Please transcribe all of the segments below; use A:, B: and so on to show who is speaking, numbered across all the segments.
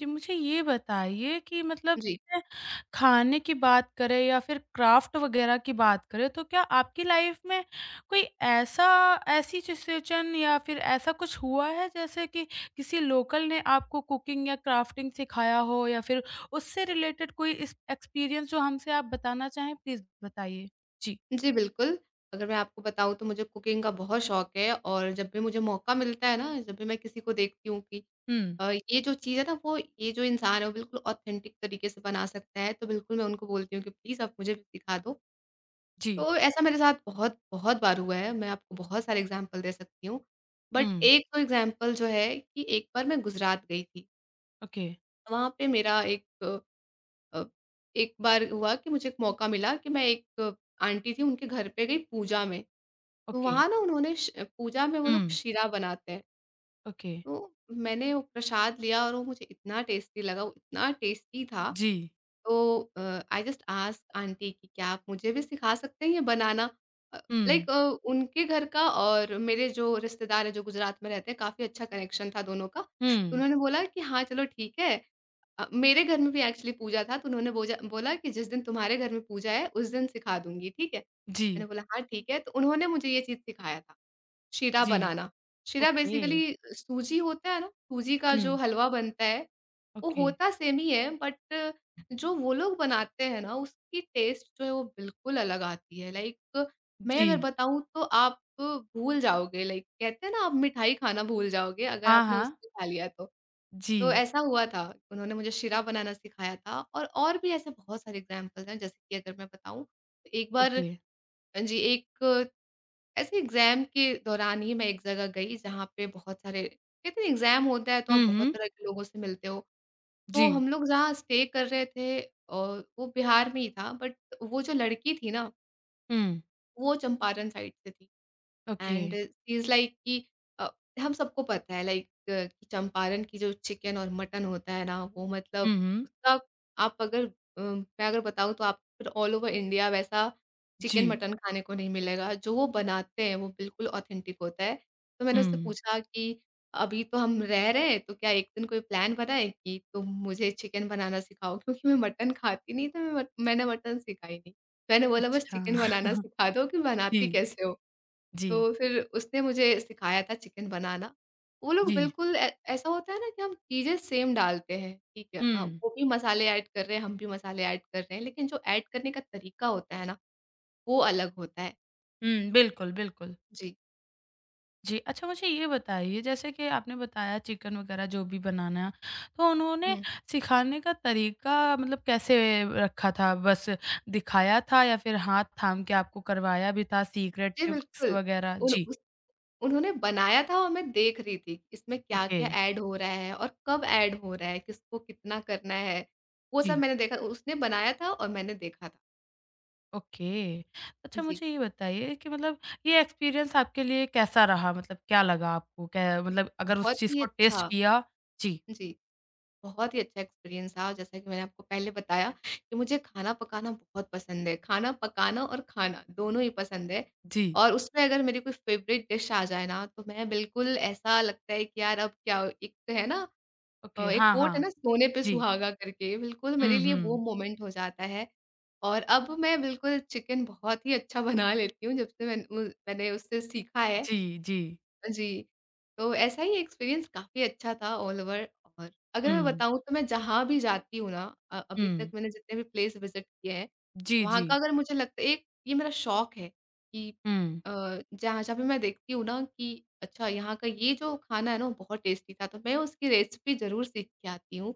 A: जी, मुझे ये बताइए कि मतलब
B: जी।
A: अ, खाने की बात करें या फिर क्राफ्ट वगैरह की बात करें, तो क्या आपकी लाइफ में कोई ऐसा ऐसी सिचुएशन या फिर ऐसा कुछ हुआ है, जैसे कि किसी लोकल ने आपको कुकिंग या क्राफ्टिंग सिखाया हो या फिर उससे रिलेटेड कोई इस एक्सपीरियंस जो हमसे आप बताना चाहें, प्लीज़ बताइए? जी।
B: जी, बिल्कुल। अगर मैं आपको बताऊँ तो मुझे कुकिंग का बहुत शौक है और जब भी मुझे मौका मिलता है ना, जब भी मैं किसी को देखती हूँ कि
A: हुँ,
B: ये जो चीज़ है ना वो ये जो इंसान है वो बिल्कुल ऑथेंटिक तरीके से बना सकता है, तो बिल्कुल मैं उनको बोलती हूँ कि प्लीज़ आप मुझे भी सिखा दो।
A: जी।
B: तो ऐसा मेरे साथ बहुत-बहुत बार हुआ है, मैं आपको बहुत सारे एग्ज़ाम्पल दे सकती हूँ। बट
A: हुँ,
B: एक तो एग्ज़ाम्पल जो है कि एक बार मैं गुजरात गई थी।
A: ओके,
B: वहाँ पे मेरा एक अ, एक बार हुआ कि मुझे एक मौका मिला कि मैं एक आंटी थी उनके घर पे गई पूजा में। तो
A: ओके।
B: वहाँ ना उन्होंने श पूजा में वो लोग
A: हुँ,
B: शीरा बनाते हैं,
A: ओके।
B: तो मैंने वो प्रसाद लिया और वो मुझे इतना टेस्टी लगा, वो इतना टेस्टी था,
A: जी।
B: तो आई जस्ट आस्क्ड आंटी कि क्या आप मुझे भी सिखा सकते हैं ये बनाना? अ,
A: हुँ,
B: लाइक उनके घर का और मेरे जो रिश्तेदार हैं, जो गुजरात में रहते हैं, काफ़ी अच्छा कनेक्शन था दोनों का। तो
A: हुँ।
B: उन्होंने बोला कि हाँ, चलो ठीक है। मेरे घर में भी एक्चुअली पूजा था, तो उन्होंने बोजा बोला कि जिस दिन तुम्हारे घर में पूजा है, उस दिन सिखा दूँगी, ठीक है?
A: जी,
B: मैंने बोला, "हाँ, ठीक है।" तो उन्होंने मुझे ये चीज़ सिखाया था। शीरा
A: जी।
B: बनाना। शीरा
A: ओके।
B: बेसिकली सूजी होता है ना, सूजी का जो
A: हुँ,
B: हलवा बनता है, वो
A: ओके,
B: होता सेम ही है बट जो वो लोग बनाते हैं ना, उसकी टेस्ट जो है वो बिल्कुल अलग आती है। लाइक मैं
A: जी।
B: अगर बताऊँ तो आप भूल जाओगे लाइक कहते हैं ना आप मिठाई खाना भूल जाओगे अगर
A: हाँ,
B: आपने
A: हाँ,
B: उसको खा लिया तो। तो
A: जी,
B: ऐसा हुआ था, उन्होंने मुझे शीरा बनाना सिखाया था और भी ऐसे बहुत सारे एग्ज़ाम्पल्स हैं जैसे कि अगर मैं बताऊँ, एक बार
A: ओके।
B: जी, एक ऐसे एग्ज़ाम के दौरान ही मैं एक जगह गई जहाँ पे बहुत सारे कहते हैं एग्ज़ाम होता है तो आप
A: हुँ,
B: बहुत
A: हुँ,
B: तरह के लोगों से मिलते हो। तो
A: जी,
B: हम लोग जहाँ स्टे कर रहे थे और वो बिहार में ही था बट वो जो लड़की थी ना,
A: हुँ,
B: वो चंपारण साइड से थी।
A: Okay,
B: and she is like कि अ, हम सबको पता है लाइक कि चंपारण की जो चिकन और मटन होता है ना, वो मतलब
A: हुँ, हुँ,
B: उसका आप अगर मैं अगर बताऊँ तो आप फिर ऑल ओवर इंडिया वैसा चिकन
A: जी,
B: मटन खाने को नहीं मिलेगा। जो वो बनाते हैं, वो बिल्कुल ऑथेंटिक होता है। तो मैंने उससे
A: हुँ,
B: पूछा कि अभी तो हम रह रहे हैं, तो क्या एक दिन कोई प्लान बनाएँ कि तुम मुझे चिकन बनाना सिखाओ? क्योंकि मैं मटन खाती नहीं, तो मैंने मटन सीखा ही नहीं। मैंने बोला बस
A: अच्छा,
B: चिकन बनाना सिखा दो कि
A: जी,
B: बनाती कैसे हो?
A: जी,
B: तो फिर उसने मुझे सिखाया था चिकन बनाना। वो लोग
A: जी,
B: बिल्कुल ऐ ऐसा होता है ना कि हम चीज़ें सेम डालते हैं, ठीक है।
A: हुँ,
B: वो भी मसाले ऐड कर रहे हैं, हम भी मसाले ऐड कर रहे हैं, लेकिन जो ऐड करने का तरीका होता है ना, वो अलग होता है।
A: हुँ, बिल्कुल, बिल्कुल।
B: जी।
A: जी, अच्छा मुझे ये बताइए जैसे कि आपने बताया चिकन वग़ैरह जो भी बनाना, तो उन्होंने
B: हुँ।
A: सिखाने का तरीका मतलब कैसे रखा था? बस दिखाया था या फिर हाथ थाम के आपको करवाया भी था सीक्रेट
B: जी,
A: टिप्स
B: बिल्कुल।
A: वग़ैरह?
B: उन
A: जी,
B: उस उन्होंने बनाया था और मैं देख रही थी, कि इसमें
A: ओके,
B: क्या-क्या ऐड हो रहा है और कब ऐड हो रहा है, किसको कितना करना है, वो सब
A: जी।
B: मैंने देखा। उसने बनाया था और मैंने देखा था।
A: ओके। अच्छा
B: जी,
A: मुझे ये बताइए कि मतलब ये एक्सपीरियंस आपके लिए कैसा रहा? मतलब क्या लगा आपको? क्या मतलब अगर उस
B: बहुत
A: चीज़
B: ही
A: को टेस्ट
B: अच्छा।
A: किया जी,
B: जी। बहुत ही अच्छा एक्सपीरियंस था और जैसा कि मैंने आपको पहले बताया कि मुझे खाना पकाना बहुत पसंद है। खाना पकाना और खाना दोनों ही पसंद है
A: जी।
B: और उसमें अगर मेरी कोई फ़ेवरेट डिश आ जाए ना, तो मैं बिल्कुल ऐसा लगता है कि यार अब क्या एक तो है ना
A: ओके,
B: एक
A: हाँ,
B: कोट है
A: हाँ।
B: ना सोने पे
A: जी।
B: सुहागा करके, बिल्कुल मेरे
A: हुँ,
B: लिए वो
A: हुँ।
B: मोमेंट हो जाता है। और अब मैं बिल्कुल चिकन बहुत ही अच्छा बना लेती हूँ जब से मैंने उससे सीखा है।
A: जी, जी।
B: जी, तो ऐसा ही एक्सपीरियंस काफ़ी अच्छा था ऑल ओवर और अगर मैं
A: हुँ,
B: बताऊँ तो मैं जहाँ भी जाती हूँ ना अभी तक
A: हुँ।
B: मैंने जितने भी प्लेस विज़िट किए हैं,
A: जी,
B: वहाँ
A: जी।
B: का अगर मुझे लगता है एक ये मेरा शौक है कि
A: हुँ।
B: जहाँ जहाँ पे मैं देखती हूँ ना कि अच्छा यहाँ का ये जो खाना है ना वो बहुत टेस्टी था, तो मैं उसकी रेसिपी ज़रूर सीख के आती हूँ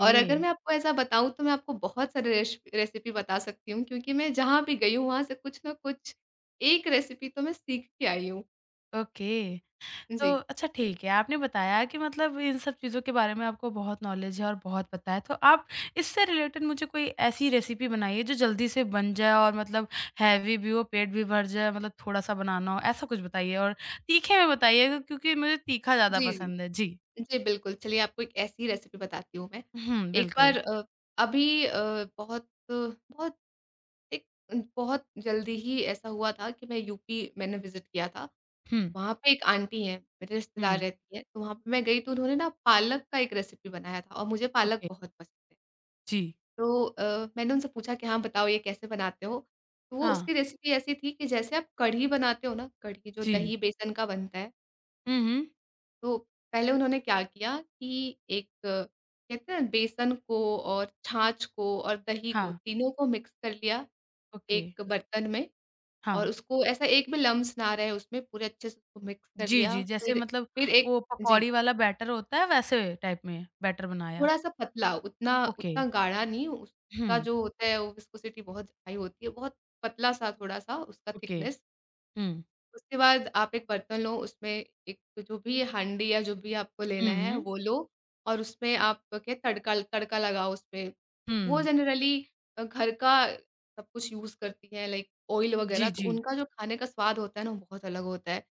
B: और अगर मैं आपको ऐसा बताऊँ तो मैं आपको बहुत सारे रेश रेसिपी बता सकती हूँ क्योंकि मैं जहाँ भी गई हूँ वहाँ से कुछ ना कुछ एक रेसिपी तो मैं सीख के आई हूँ।
A: ओके। तो
B: जी।
A: अच्छा ठीक है, आपने बताया कि मतलब इन सब चीज़ों के बारे में आपको बहुत नॉलेज है और बहुत पता है। तो आप इससे रिलेटेड मुझे कोई ऐसी रेसिपी बनाइए जो जल्दी से बन जाए और मतलब हेवी भी हो, पेट भी भर जाए, मतलब थोड़ा-सा बनाना हो, ऐसा कुछ बताइए और तीखे में बताइएगा क्योंकि मुझे तीखा ज़्यादा
B: जी, जी।
A: पसंद है। जी।
B: जी, बिल्कुल। चलिए आपको एक ऐसी रेसिपी बताती हूँ मैं।
A: हुँ,
B: एक
A: बिल्कुल।
B: बार अभी अ, बहुत बहुत एक बहुत जल्दी ही ऐसा हुआ था कि मैं यूपी मैंने विज़िट किया था।
A: हुँ,
B: वहाँ पे एक आंटी हैं, मेरे रिश्तेदार
A: हुँ,
B: रहती हैं, तो वहाँ पे मैं गई तो उन्होंने ना पालक का एक रेसिपी बनाया था और मुझे पालक
A: ओके।
B: बहुत पसंद है।
A: जी,
B: तो मैंने उनसे पूछा कि हाँ, बताओ ये कैसे बनाते हो? तो वो
A: हाँ,
B: उसकी रेसिपी ऐसी थी कि जैसे आप कढ़ी बनाते हो ना, कढ़ी जो
A: जी।
B: दही बेसन का बनता है
A: हुँ, हुँ,
B: तो पहले उन्होंने क्या किया कि एक कहते हैं ना बेसन को और छाछ को और दही को
A: हाँ,
B: तीनों को मिक्स कर लिया
A: ओके,
B: एक बर्तन में
A: हाँ।
B: और उसको ऐसा एक भी लम्स ना रहे उसमें पूरे अच्छे से उसको मिक्स कर
A: जी,
B: लिया।
A: जी,
B: अच्छा।
A: जैसे
B: फिर
A: मतलब
B: फिर एक
A: वो
B: जी,
A: पकौड़ी वाला बैटर होता है, वैसे टाइप में बैटर बनाया।
B: थोड़ा-सा पतला उतना
A: ओके।
B: उतना गाढ़ा नहीं उसका
A: हुँ,
B: जो होता है वो विस्कोसिटी बहुत हाई होती है, बहुत पतला-सा थोड़ा-सा उसका
A: ओके।
B: थिकनेस
A: हुँ,
B: उसके बाद आप एक बर्तन लो, उसमें एक जो भी हांडी या जो भी आपको
A: हुँ,
B: लेना है
A: हुँ,
B: वो लो और उसमें आप क्या तड़का तड़का लगाओ उसपे। वो
A: हुँ।
B: जनरली घर का सब कुछ यूज़ करती हैं लाइक ऑयल वगैरह,
A: जी,
B: तो
A: जी,
B: उनका जो खाने का स्वाद होता है ना, वो बहुत अलग होता है।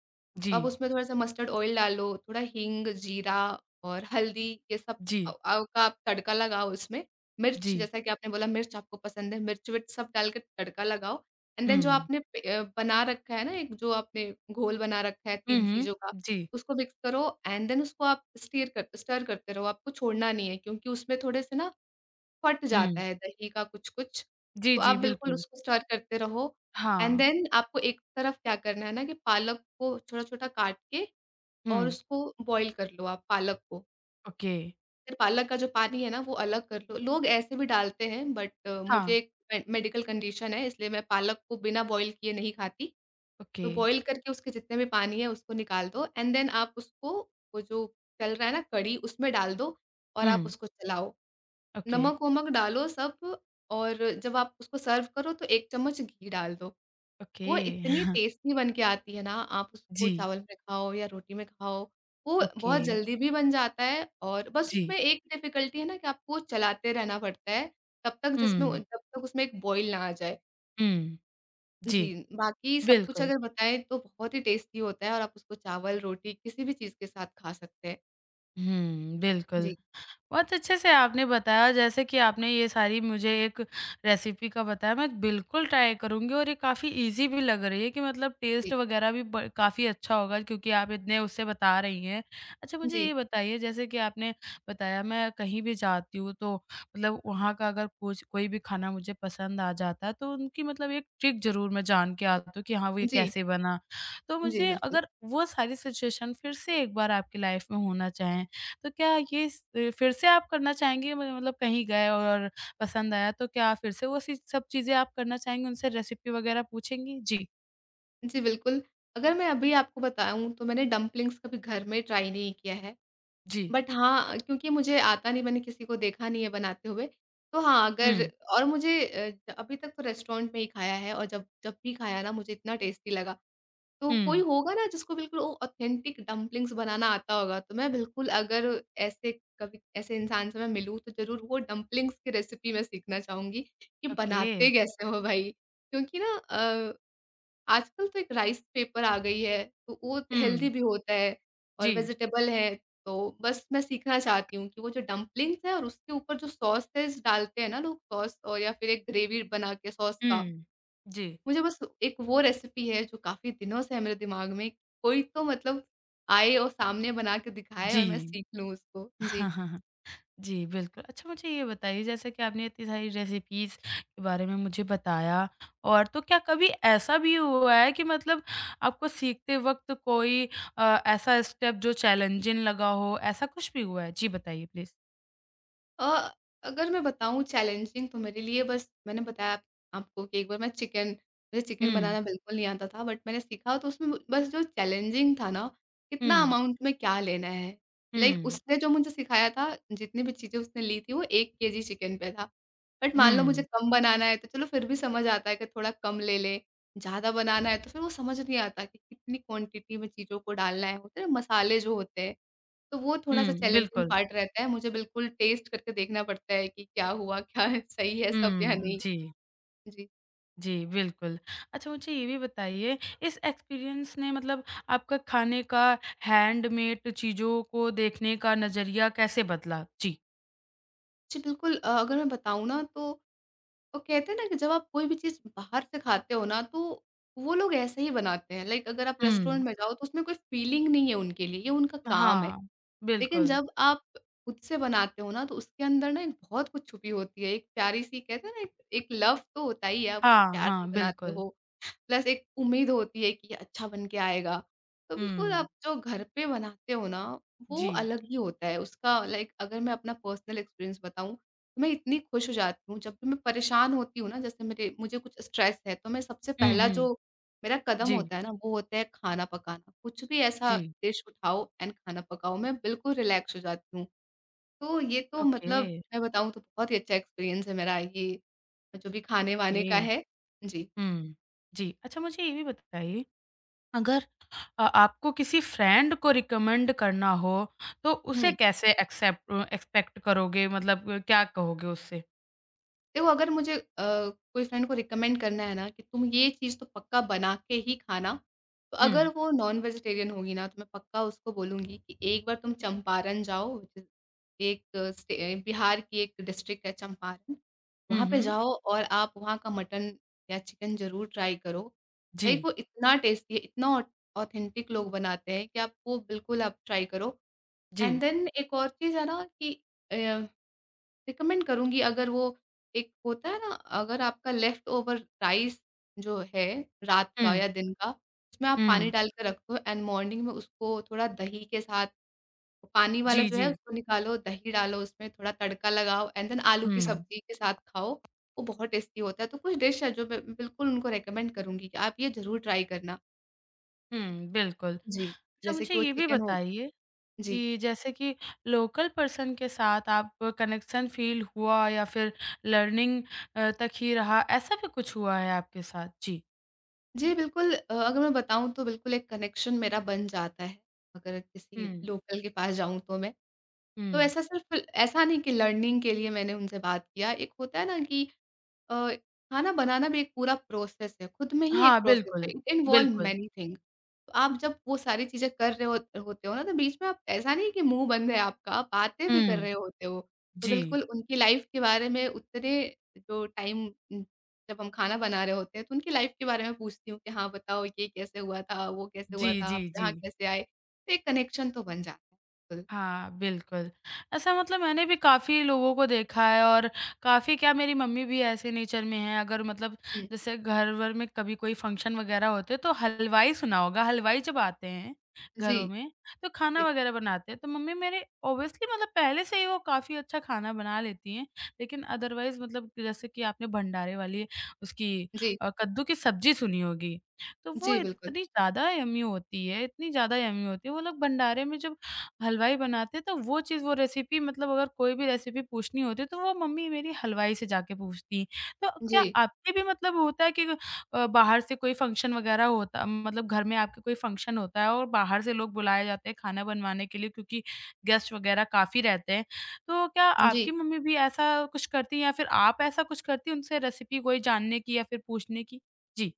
B: अब
A: जी,
B: उसमें थोड़ा-सा मस्टर्ड ऑयल डालो, थोड़ा हींग, जीरा और हल्दी ये सब
A: जी,
B: का आप तड़का लगाओ उसमें। मिर्च
A: जी।
B: जैसा कि आपने बोला मिर्च आपको पसंद है, मिर्च-विर्च सब डाल के तड़का लगाओ एंड देन जो
A: हुँ,
B: आपने बना रखा है ना एक जो आपने घोल बना रखा है
A: हुँ,
B: 3 चीज़ों का,
A: जी,
B: उसको मिक्स करो एंड देन उसको आप स्टीर कर स्टर करते रहो, आपको छोड़ना नहीं है क्योंकि उसमें थोड़े से ना फट
A: हुँ।
B: जाता है दही का कुछ-कुछ,
A: जी,
B: तो
A: जी,
B: आप बिल्कुल
A: बिल्कुल।
B: उसको स्टर करते रहो एंड
A: हाँ,
B: देन आपको एक तरफ क्या करना है ना कि पालक को छोटा-छोटा काट के और
A: हुँ,
B: उसको बॉयल कर लो आप पालक को।
A: ओके।
B: फिर पालक का जो पानी है ना वो अलग कर लो। लोग ऐसे भी डालते हैं बट
A: हाँ,
B: मुझे एक मे मेडिकल कंडीशन है इसलिए मैं पालक को बिना बॉयल किए नहीं खाती।
A: ओके।
B: तो बॉयल करके उसके जितने भी पानी है उसको निकाल दो एंड देन आप उसको वो जो चल रहा है ना कढ़ी उसमें डाल दो और आप
A: हुँ,
B: उसको चलाओ।
A: ओके,
B: नमक-वमक डालो सब और जब आप उसको सर्व करो तो 1 चम्मच घी डाल दो।
A: ओके।
B: वो इतनी टेस्टी बन के आती है ना, आप उसको
A: जी,
B: चावल में खाओ या रोटी में खाओ, वो
A: ओके,
B: बहुत जल्दी भी बन जाता है और बस
A: जी।
B: उसमें एक डिफ़िकल्टी है ना कि आपको चलाते रहना पड़ता है, तब तक जिसमें
A: हुँ,
B: जब तक उसमें एक बॉयल ना आ जाए।
A: हुँ, जी,
B: जी, बाकी सब कुछ
A: बिल्कुल।
B: अगर बताएँ तो बहुत ही टेस्टी होता है और आप उसको चावल, रोटी किसी भी चीज़ के साथ खा सकते हैं।
A: हुँ, बिल्कुल।
B: जी,
A: बहुत अच्छे से आपने बताया जैसे कि आपने ये सारी मुझे एक रेसिपी का बताया मैं बिल्कुल ट्राई करूँगी और ये काफ़ी ईज़ी भी लग रही है कि मतलब टेस्ट
B: जी,
A: वगैरह भी ब काफ़ी अच्छा होगा क्योंकि आप इतने उससे बता रही हैं। अच्छा मुझे
B: जी,
A: ये बताइए जैसे कि आपने बताया मैं कहीं भी जाती हूँ तो मतलब वहाँ का अगर कुछ कोई भी खाना मुझे पसंद आ जाता है तो उनकी मतलब एक ट्रिक ज़रूर मैं जान के आती हूँ कि हाँ, वो ये
B: जी,
A: कैसे बना। तो
B: जी,
A: मुझे
B: बिल्कुल।
A: अगर वो सारी सिचुएशन फिर से एक बार आपकी लाइफ़ में होना चाहें तो क्या फिर से आप करना चाहेंगे म मतलब कहीं गए और पसंद आया तो क्या फिर से वो सी सब चीज़ें आप करना चाहेंगे, उनसे रेसिपी वग़ैरह पूछेंगी? जी।
B: जी, बिल्कुल। अगर मैं अभी आपको बताऊँ तो मैंने डम्पलिंग्स कभी घर में ट्राई नहीं किया है।
A: जी।
B: बट हाँ, क्योंकि मुझे आता नहीं, मैंने किसी को देखा नहीं है बनाते हुए। तो हाँ, अगर
A: हुँ,
B: और मुझे अ, अभी तक तो रेस्टोरेंट में ही खाया है और जब जब भी खाया ना मुझे इतना टेस्टी लगा। तो
A: हुँ।
B: कोई होगा ना जिसको बिल्कुल वो ऑथेंटिक डम्पलिंग्स बनाना आता होगा, तो मैं बिल्कुल अगर ऐसे कभी ऐसे इंसान से मैं मिलूँ तो ज़रूर वो डम्पलिंग्स की रेसिपी मैं सीखना चाहूँगी कि
A: ओके।
B: बनाते कैसे हो भाई? क्योंकि ना आजकल तो एक राइस पेपर आ गई है, तो वो हेल्दी
A: हुँ,
B: भी होता है
A: जी।
B: और वेजिटेबल है, तो बस मैं सीखना चाहती हूँ कि वो जो डम्पलिंग्स हैं और उसके ऊपर जो सॉसेज़ डालते हैं ना लोग सॉस और या फिर एक ग्रेवी बना के सॉस का,
A: हुँ। जी।
B: मुझे बस एक वो रेसिपी है जो काफ़ी दिनों से है मेरे दिमाग में, कोई तो मतलब आए और सामने बना के दिखाए और मैं
A: जी।
B: सीख लूँ उसको। जी।
A: जी, बिल्कुल। अच्छा मुझे ये बताइए जैसे कि आपने इतनी सारी रेसिपीज़ के बारे में मुझे बताया और तो क्या कभी ऐसा भी हुआ है कि मतलब आपको सीखते वक़्त कोई ऐसा स्टेप जो चैलेंजिंग लगा हो, ऐसा कुछ भी हुआ है? जी, बताइए प्लीज़।
B: अ, अगर मैं बताऊँ चैलेंजिंग तो मेरे लिए बस मैंने बताया आप आपको कि एक बार मैं चिकन मुझे चिकन
A: हुँ,
B: बनाना बिल्कुल नहीं आता था बट मैंने सीखा तो उसमें बस जो चैलेंजिंग था ना, कितना
A: हुँ,
B: अमाउंट में क्या लेना है। लाइक
A: हुँ,
B: उसने जो मुझे सिखाया था, जितनी भी चीज़ें उसने ली थी वो 1 केजी चिकन पे था। बट मान लो
A: हुँ,
B: मुझे कम बनाना है तो चलो फिर भी समझ आता है कि थोड़ा कम ले लें, ज़्यादा बनाना है तो फिर वो समझ नहीं आता कि कितनी क्वांटिटी में चीज़ों को डालना है। होता है ना मसाले जो होते हैं तो वो थोड़ा-सा
A: हुँ,
B: चैलेंजिंग
A: बिल्कुल।
B: पार्ट रहता है। मुझे बिल्कुल टेस्ट करके देखना पड़ता है कि क्या हुआ, क्या है, सही है सब या
A: हुँ,
B: नहीं?
A: जी,
B: जी।
A: जी, बिल्कुल। अच्छा मुझे ये भी बताइए इस एक्सपीरियंस ने मतलब आपका खाने का हैंडमेड चीज़ों को देखने का नज़रिया कैसे बदला? जी।
B: जी, बिल्कुल अगर मैं बताऊँ ना तो वो कहते हैं ना कि जब आप कोई भी चीज़ बाहर से खाते हो ना तो वो लोग ऐसे ही बनाते हैं। लाइक अगर आप
A: हुँ।
B: रेस्टोरेंट में जाओ तो उसमें कोई फीलिंग नहीं है उनके लिए, ये उनका काम है।
A: हाँ,
B: लेकिन
A: बिल्कुल।
B: जब आप खुद से बनाते हो ना तो उसके अंदर ना एक बहुत कुछ छुपी होती है। एक प्यारी सी कहते हैं ना एक एक लव तो होता ही है, आप उसको
A: हाँ,
B: प्यार
A: हाँ,
B: से बनाते
A: बिल्कुल।
B: हो। प्लस एक उम्मीद होती है कि ये अच्छा बन के आएगा। तो बिल्कुल
A: हुँ,
B: आप जो घर पे बनाते हो ना, वो
A: जी।
B: अलग ही होता है। उसका लाइक अगर मैं अपना पर्सनल एक्सपीरियंस बताऊँ, तो मैं इतनी खुश हो जाती हूँ, जब भी मैं परेशान होती हूँ ना, जैसे मेरे मुझे कुछ स्ट्रेस है, तो मैं सबसे
A: हुँ,
B: पहला
A: हुँ।
B: जो मेरा कदम
A: जी,
B: होता है ना, वो होता है खाना पकाना। कुछ भी ऐसा
A: जी।
B: डिश उठाओ एंड खाना पकाओ, मैं बिल्कुल रिलैक्स हो जाती हूँ। तो ये तो
A: ओके,
B: मतलब मैं बताऊँ तो बहुत ही अच्छा एक्सपीरियंस है मेरा ये, जो भी खाने-वाने
A: ओके।
B: का है। जी।
A: हुँ, जी। अच्छा मुझे ये भी बताइए अगर आपको किसी फ्रेंड को रिकमेंड करना हो तो उसे
B: हुँ।
A: कैसे एक्सपेक्ट करोगे मतलब क्या कहोगे उससे?
B: देखो अगर मुझे कोई फ्रेंड को रिकमेंड करना है ना कि तुम ये चीज़ तो पक्का बना के ही खाना, तो अगर
A: हुँ,
B: वो नॉन वेजिटेरियन होगी ना तो मैं पक्का उसको बोलूँगी कि एक बार तुम चंपारण जाओ, ज एक बिहार की एक डिस्ट्रिक्ट है चंपारण, वहाँ
A: हुँ,
B: पे
A: हुँ।
B: जाओ और आप वहाँ का मटन या चिकन ज़रूर ट्राई करो। लाइक
A: जी,
B: वो इतना टेस्टी है, इतना ऑ ऑथेंटिक लोग बनाते हैं कि आप वो बिल्कुल आप ट्राई करो।
A: जी।
B: एंड देन एक और चीज़ है ना कि अ रिकमेंड करूँगी अगर वो एक होता है ना, अगर आपका लेफ्ट ओवर राइस जो है रात का
A: हुँ,
B: या दिन का, उसमें आप पानी
A: हुँ।
B: डाल के रख दो एंड मॉर्निंग में उसको थोड़ा दही के साथ पानी वाला
A: जी,
B: जो है
A: जी।
B: उसको निकालो, दही डालो उसमें, थोड़ा तड़का लगाओ एंड देन आलू की
A: हुँ,
B: सब्ज़ी के साथ खाओ, वो बहुत टेस्टी होता है। तो कुछ डिश है जो मैं बिल्कुल उनको रिकमेंड करूँगी कि आप ये ज़रूर ट्राई करना।
A: हुँ, बिल्कुल।
B: जी,
A: अच्छा
B: जैसे
A: मुझे
B: कि वो
A: ये भी
B: चिकन हो
A: बताइए
B: जी।
A: कि जैसे कि लोकल पर्सन के साथ आप कनेक्शन फ़ील हुआ या फिर लर्निंग तक ही रहा, ऐसा भी कुछ हुआ है आपके साथ? जी।
B: जी, बिल्कुल अगर मैं बताऊँ तो बिल्कुल एक कनेक्शन मेरा बन जाता है, अगर किसी
A: हुँ,
B: लोकल के पास जाऊँ तो मैं। तो
A: हुँ।
B: ऐसा सिर्फ ऐसा नहीं कि लर्निंग के लिए मैंने उनसे बात किया, एक होता है ना कि अ, खाना बनाना भी एक पूरा प्रोसेस है, खुद में ही
A: हाँ,
B: एक प्रोसेस है,
A: बिल्कुल,
B: इट इन्वॉल्व
A: बिल्कुल।
B: Many things. आप जब वो सारी चीज़ें कर रहे हो होते हो ना, तो बीच में आप ऐसा नहीं है कि मुँह बंद है आपका, आप बातें भी कर
A: हुँ,
B: रहे होते हो। तो
A: जी।
B: बिल्कुल उनकी लाइफ़ के बारे में उतने जो टाइम जब हम खाना बना रहे होते हैं, तो उनकी लाइफ़ के बारे में पूछती हूँ कि हाँ, बताओ ये कैसे हुआ था, वो कैसे
A: जी,
B: हुआ था,
A: जी,
B: आप
A: जी।
B: यहाँ कैसे आए? तो एक कनेक्शन तो बन जाता है। बिल्कुल।
A: हाँ, बिल्कुल। ऐसा मतलब मैंने भी काफ़ी लोगों को देखा है और काफ़ी क्या मेरी मम्मी भी ऐसे नेचर में हैं, अगर मतलब
B: हुँ,
A: जैसे घर-वर में कभी कोई फ़ंक्शन वग़ैरह होते हैं तो हलवाई सुना होगा, हलवाई जब आते हैं
B: जी,
A: घरों में, तो खाना
B: जी,
A: वग़ैरह बनाते हैं, तो मम्मी मेरे ऑब्वियसली मतलब पहले से ही वो काफ़ी अच्छा खाना बना लेती हैं। लेकिन अदरवाइज़ मतलब कि जैसे कि आपने भंडारे वाली उसकी
B: जी,
A: कद्दू की सब्ज़ी सुनी होगी, तो वो
B: जी, बिल्कुल।
A: इतनी ज़्यादा यम्मी होती है, इतनी ज़्यादा यम्मी होती है, वो लोग भंडारे में जो हलवाई बनाते तो वो चीज़ वो रेसिपी मतलब अगर कोई भी रेसिपी पूछनी होती तो वो मम्मी मेरी हलवाई से जाके पूछती। तो क्या
B: जी,
A: आपके भी मतलब होता है कि बाहर से कोई फ़ंक्शन वग़ैरह होता मतलब घर में आपके कोई फ़ंक्शन होता है और बाहर से लोग बुलाए जाते हैं खाना बनवाने के लिए क्योंकि गेस्ट वग़ैरह काफ़ी रहते हैं। तो क्या आपकी
B: जी।
A: मम्मी भी ऐसा कुछ करती हैं या फिर आप ऐसा कुछ करती हैं उनसे रेसिपी कोई जानने की या फिर पूछने की? जी।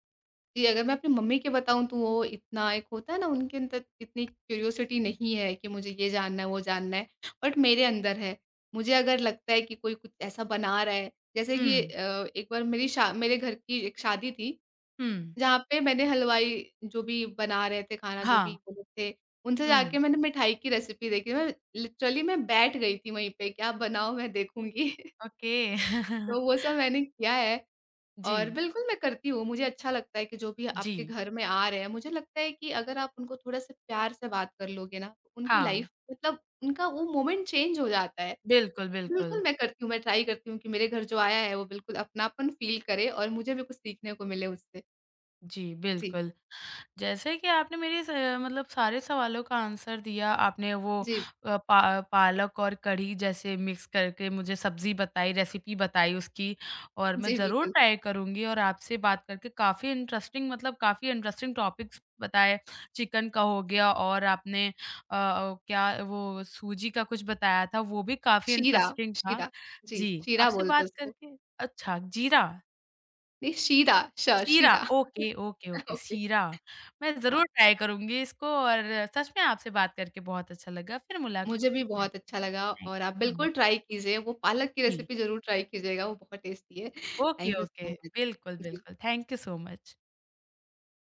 B: जी, अगर मैं अपनी मम्मी के बताऊँ तो वो इतना एक होता है ना उनके अंदर इतनी क्यूरियोसिटी नहीं है कि मुझे ये जानना है, वो जानना है बट मेरे अंदर है। मुझे अगर लगता है कि कोई कुछ ऐसा बना रहा है जैसे कि
A: हुँ,
B: एक बार मेरी शा मेरे घर की एक शादी थी,
A: हुँ।
B: जहाँ पे मैंने हलवाई जो भी बना रहे थे खाना जो भी
A: हाँ।
B: वो लोग थे, उनसे
A: हुँ।
B: जाके मैंने मिठाई की रेसिपी देखी। मैं लिटरली मैं बैठ गई थी वहीं पे, क्या बनाओ मैं देखूँगी।
A: ओके।
B: तो वो सब मैंने किया है।
A: जी।
B: और बिल्कुल मैं करती हूँ, मुझे अच्छा लगता है कि जो भी
A: जी।
B: आपके घर में आ रहे हैं, मुझे लगता है कि अगर आप उनको थोड़ा-सा प्यार से बात कर लोगे ना, तो उनकी
A: हाँ।
B: लाइफ़ मतलब उनका वो मोमेंट चेंज हो जाता है।
A: बिल्कुल, बिल्कुल।
B: बिल्कुल मैं करती हूँ, मैं ट्राई करती हूँ कि मेरे घर जो आया है, वो बिल्कुल अपनापन फ़ील करे और मुझे भी कुछ सीखने को मिले उससे।
A: जी,
B: जी,
A: बिल्कुल। जैसे कि आपने मेरे स मतलब सारे सवालों का आंसर दिया, आपने वो
B: जी,
A: अ, पा पालक और कढ़ी जैसे मिक्स करके मुझे सब्ज़ी बताई, रेसिपी बताई उसकी और मैं
B: जी,
A: ज़रूर
B: बिल्कुल।
A: ट्राई करूँगी और आपसे बात करके काफ़ी इंटरेस्टिंग मतलब काफ़ी इंटरेस्टिंग टॉपिक्स बताए। चिकन का हो गया और आपने क्या वो सूजी का कुछ बताया था, वो भी काफ़ी
B: शीरा,
A: इंटरेस्टिंग था।
B: शीरा। जी,
A: जी,
B: शीरा
A: आपसे
B: बोलते
A: बात
B: हैं उसको।
A: करके अच्छा, जीरा।
B: नहीं,
A: शीरा,
B: शीरा।
A: ओके, ओके, ओके,
B: ओके,
A: शीरा। मैं
B: हाँ।
A: ज़रूर ट्राई करूँगी इसको और सच में आपसे बात करके बहुत अच्छा लगा। फिर मुलाक़ात
B: मुझे भी
A: होगी।
B: बहुत अच्छा लगा
A: थैंक
B: और आप
A: यू सो मच।
B: बिल्कुल ट्राई कीजिए, वो पालक की
A: जी,
B: रेसिपी ज़रूर ट्राई कीजिएगा, वो बहुत टेस्टी है।
A: Okay,
B: thank you
A: okay.
B: So much.
A: बिल्कुल,
B: जी।
A: बिल्कुल। Thank you so much.